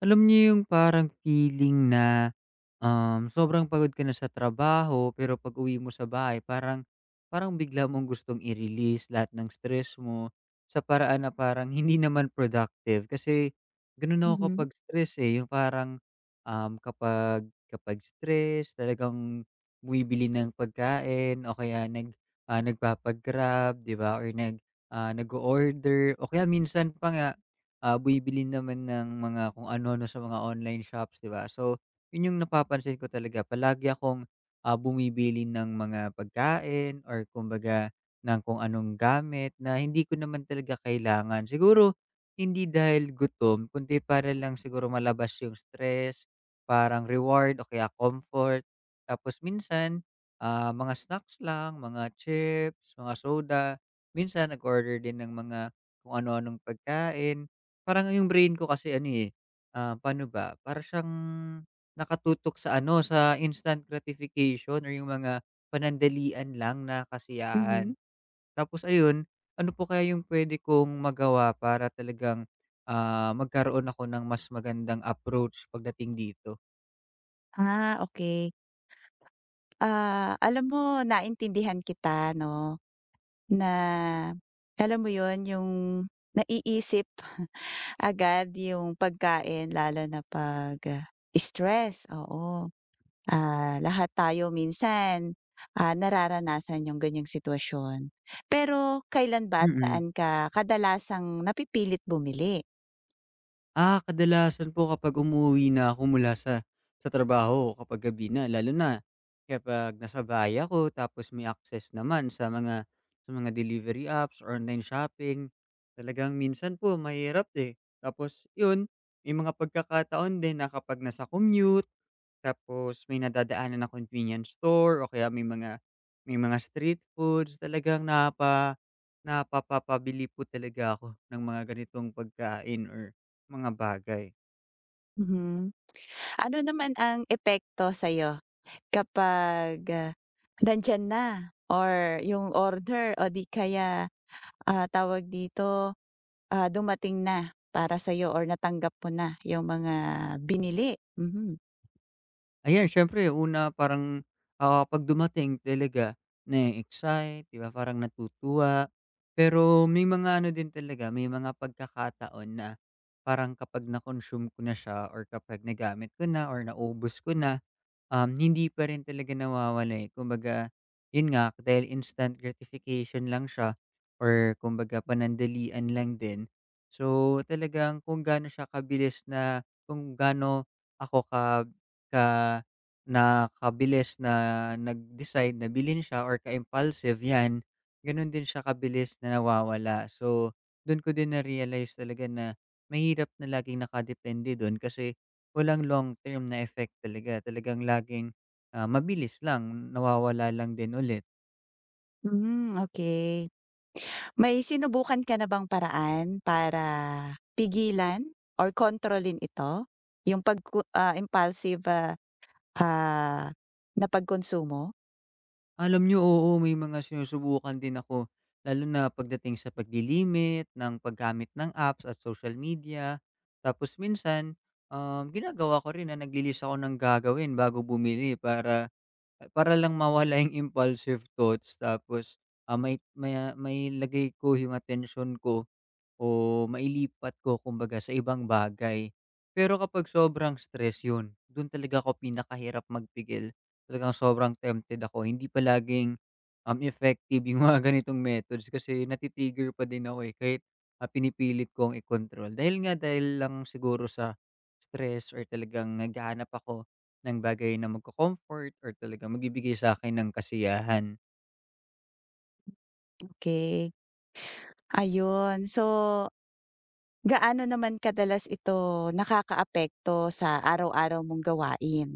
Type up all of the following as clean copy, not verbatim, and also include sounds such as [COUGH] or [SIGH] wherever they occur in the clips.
Alam niyo yung parang feeling na, sobrang pagod ka na sa trabaho pero pag-uwi mo sa bahay parang parang bigla mong gustong i-release lahat ng stress mo sa paraan na parang hindi naman productive kasi gano'n ako Mhm, kapag stress, eh. Yung parang, kapag kapag stress talagang bumibili ng pagkain o kaya nagpapa-Grab, 'di ba, or nag order, o kaya minsan pa nga, bumibili naman ng mga kung ano-ano sa mga online shops, 'di ba. So yun yung napapansin ko, talaga palagi akong, bumibili ng mga pagkain or kumbaga ng kung anong gamit na hindi ko naman talaga kailangan. Siguro hindi dahil gutom kundi para lang siguro malabas yung stress, parang reward o kaya comfort. Tapos minsan, mga snacks lang, mga chips, mga soda. Minsan nag-order din ng mga kung ano-anong pagkain. Parang yung brain ko kasi, ano, eh, paano ba, para siyang nakatutok sa ano, sa instant gratification or yung mga panandalian lang na kasiyahan. mhm. Tapos ayun, ano po kaya yung puwede kong magawa para talagang, magkaroon ako ng mas magandang approach pagdating dito? Okay. Alam mo, naintindihan kita 'no, na alam mo 'yun, yung naiisip [LAUGHS] agad yung pagkain lalo na 'pag, stress, oo. Lahat tayo minsan, nararanasan yung ganiyang sitwasyon. Pero kailan ba at Mm. saan ka kadalasang napipilit bumili? Kadalasan po kapag umuwi na ako mula sa trabaho, kapag gabi na, lalo na kapag nasa bahay ako tapos may access naman sa mga, delivery apps, online shopping, talagang minsan po mahirap, eh. Tapos 'yun, may mga pagkakataon din na kapag nasa commute tapos may nadadaanan na convenience store, o kaya may mga, street foods, talagang napapapabili po talaga ako ng mga ganitong pagkain or mga bagay. Mhm. Ano naman ang epekto sa'yo? Kapag, nandiyan na or yung order o di kaya, tawag dito, dumating na para sa'yo or natanggap mo na yung mga binili. Mhm. Ayan, siyempre una parang, 'pag dumating talaga na-e-excite, 'di ba, parang natutuwa. Pero may mga ano din talaga, may mga pagkakataon na parang kapag na-consume ko na siya, or kapag nagamit ko na or naubos ko na, hindi pa rin talaga nawawala, eh. Kumbaga, yun nga, dahil instant gratification lang siya or kumbaga panandalian lang din. So, talagang kung gaano siya kabilis, na kung gaano ako ka ka na nakabilis na nag-decide na bilhin siya or ka-impulsive, 'yan, gano'n din siya kabilis na nawawala. So, do'n ko din na-realize talaga na mahirap na laging nakadepende do'n, kasi walang long term na effect talaga, talagang laging, mabilis lang, nawawala lang din ulit. Hmm, okey. May sinubukan ka na bang paraan para pigilan or kontrolin ito, yung impulsive, ah, na pagkonsumo? Alam nyo, oo, may mga sinusubukan din ako, lalo na pagdating sa paglilimit ng paggamit ng apps at social media. Tapos minsan, ginagawa ko rin na nagli ako ng gagawin bago bumili, para para lang mawala yung impulsive thoughts. Tapos, may mailagay ko yung atensyon ko o mailipat ko, kumbaga, sa ibang bagay. Pero kapag sobrang stress, yun, dun talaga ako pinakahirap magpigil. Talagang sobrang tempted ako. Hindi palaging, effective yung [LAUGHS] mga ganitong methods kasi pa din ako, eh, kahit, pinipilit kong i-control. Dahil nga, dahil lang siguro sa stress or talagang naghahanap ako ng bagay na magko-comfort or talagang magbibigay sa akin ng kasiyahan. Okay, ayun. So, gaano naman kadalas ito nakakaapekto sa araw-araw mong gawain?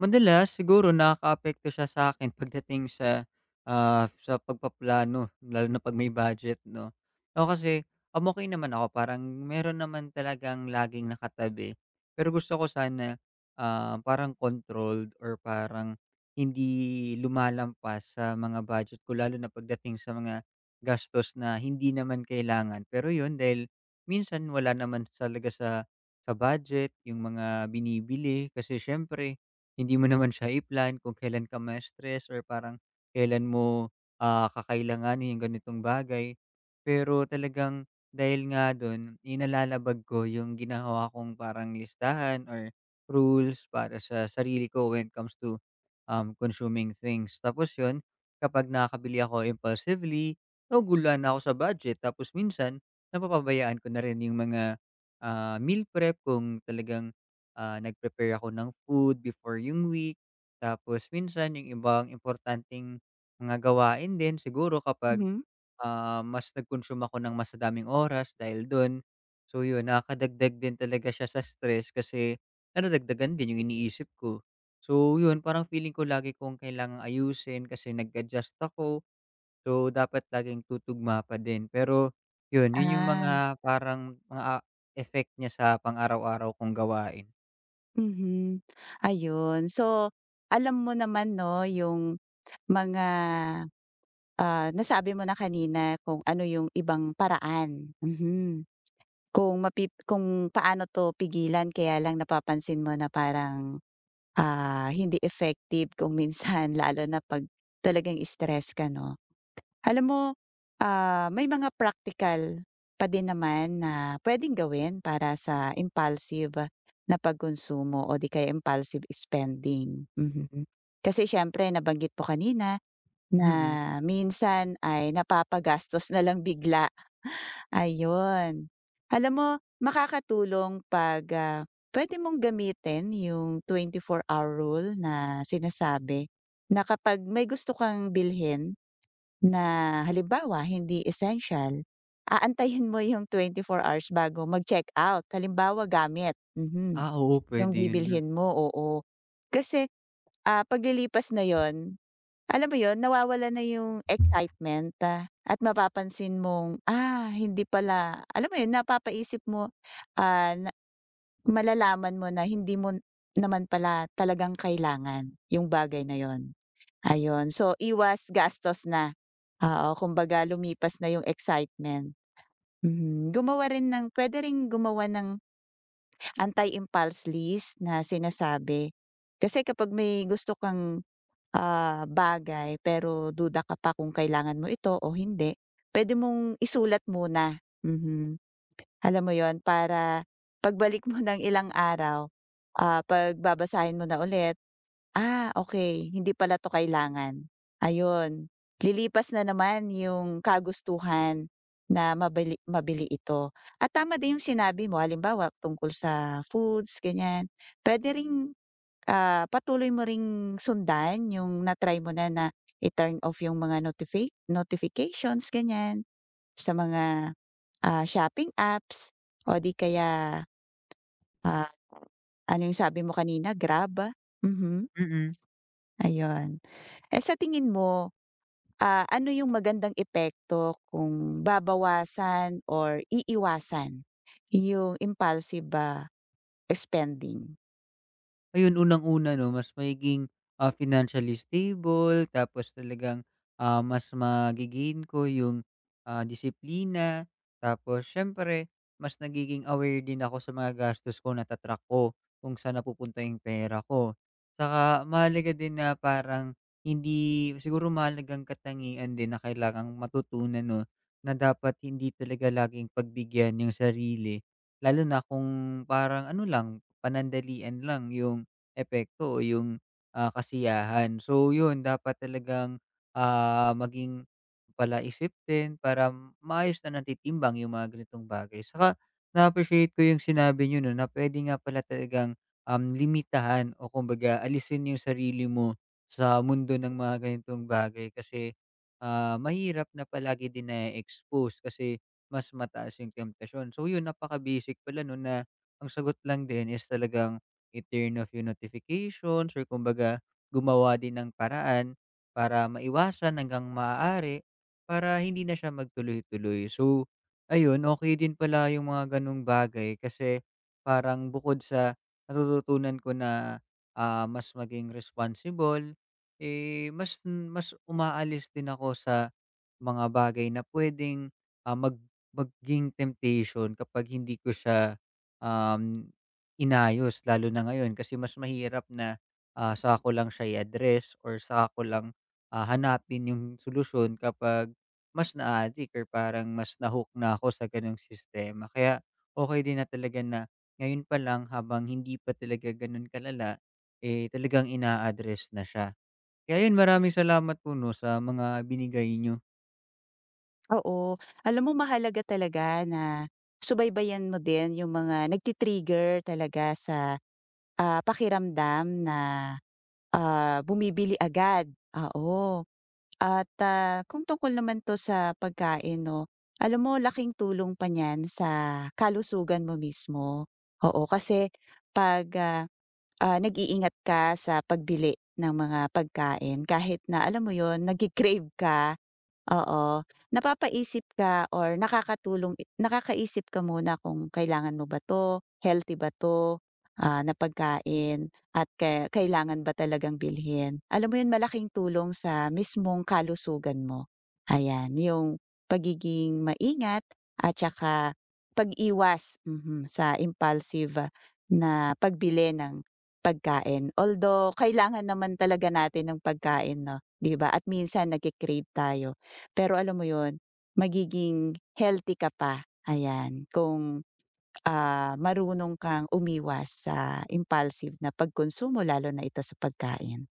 Madalas siguro nakakaapekto siya sa akin pagdating sa pagpaplano, lalo na 'pag may budget 'no. Ako kasi, okey naman ako, parang meron naman talagang laging nakatabi. Pero gusto ko sana, parang controlled or parang hindi lumalampas sa mga budget ko, lalo na pagdating sa mga gastos na hindi naman kailangan. Pero 'yun, dahil minsan wala naman talaga sa budget yung mga binibili, kasi siyempre hindi mo naman siya i-plan kung kailan ka ma-stress or parang kailan mo, kakailanganin yung ganitong bagay. Pero talagang dahil nga dun, inalalabag ko yung ginawa kong parang listahan or rules para sa sarili ko when it comes to, consuming things. Tapos yun, kapag nakakabili ako impulsively, nagugulan na ako sa budget. Tapos minsan napapabayaan ko na rin yung mga, meal prep, kung talagang nag-prepare ako ng food before yung week. Tapos minsan yung ibang importanteng mga gawain din, siguro kapag, Mhm. Mas nag-consume ako ng mas daming oras dahil dun. So yun, nakakadagdag din talaga siya sa stress, kasi nadadagdagan din yung iniisip ko. So yun, parang feeling ko lagi kong kailangang ayusin kasi nag-adjust ako. So dapat laging tutugma pa din. Pero yun, yun yung Ah, mga parang mga effect niya sa pang-araw-araw kong gawain. mhm, ayun. So, alam mo naman 'no, yung mga, nasabi mo na kanina kung ano yung ibang paraan, mhm, kung kung paano 'to pigilan, kaya lang napapansin mo na parang, hindi effective kung minsan [LAUGHS] lalo na 'pag talagang stress ka 'no? Alam mo, may mga practical pa din naman na puwedeng gawin para sa impulsive na pagkonsumo o di kaya impulsive spending, mhm. Kasi siyempre nabanggit po kanina na Mm. minsan ay napapagastos na lang bigla, ayun. Alam mo, makakatulong 'pag, puwede mong gamitin yung 24-hour rule na sinasabi na kapag may gusto kang bilhin na halimbawa hindi essential, aantayin mo yung 24 hours bago mag check out halimbawa gamit, mhm, Oo, yung puwede yun nga. bibilhin mo, oo. Kasi, paglilipas na yon, alam mo yon, nawawala na yung excitement, at mapapansin mong, hindi pala, alam mo yun, napapaisip mo, na malalaman mo na hindi mo naman pala talagang kailangan yung bagay na yon. Ayun, so iwas gastos na. Oo, kumbaga lumipas na yung excitement. Mhm. gumawa rin ng Puwede ring gumawa ng anti-impulse list na sinasabi. Kasi kapag may gusto kang, bagay pero duda ka pa kung kailangan mo ito o hindi, puwede mong isulat muna, mhm. Alam mo yon, para pagbalik mo [LAUGHS] ng ilang araw, pag mo na ulit. Okay, hindi pala 'to kailangan. Ayun, lilipas na naman yung kagustuhan na mabili mabili ito. At tama din yung sinabi mo halimbawa tungkol sa foods ganyan, puwede ring, patuloy mo ring sundan yung na-try mo na na i-turn off yung mga notifications ganyan sa mga, shopping apps o di kaya, ah, ano yung sabi mo kanina Grab? Mhm, Mm. ayun. Eh, sa tingin mo, ano yung magandang epekto kung babawasan or iiwasan yung impulsive, spending? Ayun, unang-una 'no, mas magiging, financially stable, tapos talagang, mas mage ko yung, disiplina. Tapos siyempre mas nagiging aware din ako sa mga gastos ko, nata-track ko kung saan napupunta yung pera ko. Saka mahalaga din na, parang hindi siguro, mahalagang katangian din na kailangang matutunan 'no, na dapat hindi talaga laging pagbigyan yung sarili, lalo na kung parang ano lang, panandalian lang yung epekto o yung, kasiyahan. So yun, dapat talagang, maging palaisip din para maayos na natitimbang yung mga ganitong bagay. Saka na-appreciate ko yung sinabi niyo 'no, na puwede nga pala talagang, limitahan o kumbaga alisin yung sarili mo sa mundo ng mga ganitong bagay, kasi, mahirap na palagi din na expose kasi mas mataas yung temptation. So yun, napaka-basic pala 'no, na ang sagot lang din is talagang i-turn off yung notifications or kumbaga gumawa din ng paraan para maiwasan hanggang maaari, para hindi na siya magtuloy-tuloy. So, ayun, okey din pala yung mga gano'ng bagay, kasi parang bukod sa natututunan ko na, mas maging responsible, eh, mas mas umaalis din ako sa mga bagay na puwedeng, ah, mag maging temptation kapag hindi ko siya, um Inayos lalo na ngayon, kasi mas mahirap na, saka ko lang siya i-address or sa ako lang, hanapin yung solusyon kapag mas na addict or parang mas na na ako sa gano'ng sistema. Kaya okay din na talaga na ngayon pa lang, habang hindi pa talaga gano'n kalala, eh, talagang ina-address na siya. Kaya yun, maraming salamat po 'no sa mga binigay nyo. Oo, alam mo mahalaga talaga na subaybayan mo din yung mga nagti-trigger talaga sa, pakiramdam na, bumibili agad, oo. At, kung tungkol naman 'to sa pagkain 'no, alam mo, laking tulong pa niyan sa kalusugan mo mismo, oo. Kasi 'pag, nag-iingat ka sa pagbili ng mga pagkain kahit na alam mo yon, nagke-crave ka. Oo, napapaisip ka or nakakatulong i nakakaisip ka muna kung kailangan mo ba 'to, healthy ba 'to, na pagkain at kailangan ba talagang bilhin. Alam mo 'yun, malaking tulong sa mismong kalusugan mo. Ayan, yung pagiging maingat at saka pag-iwas, mhm, sa impulsive, na pagbili ng pagkain. Although kailangan naman talaga natin ng pagkain 'no, 'di ba, at minsan nagke tayo. Pero alam mo yon, magiging healthy ka pa, ayan, kung, marunong kang umiwas sa impulsive na pagkonsumo lalo na ito sa pagkain.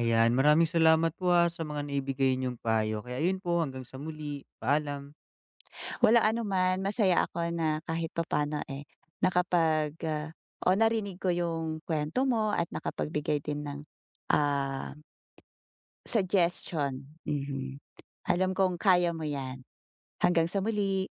Ayan, maraming salamat po, sa mga naibigay niyong payo. Kaya yun po, hanggang sa muli, paalam. Walang anuman, masaya ako na kahit papaano, eh, nakapag, ah, o narinig ko yung kwento mo at nakapagbigay din ng, ah, suggestion, mhm. Alam kong kaya mo yan. Hanggang sa muli.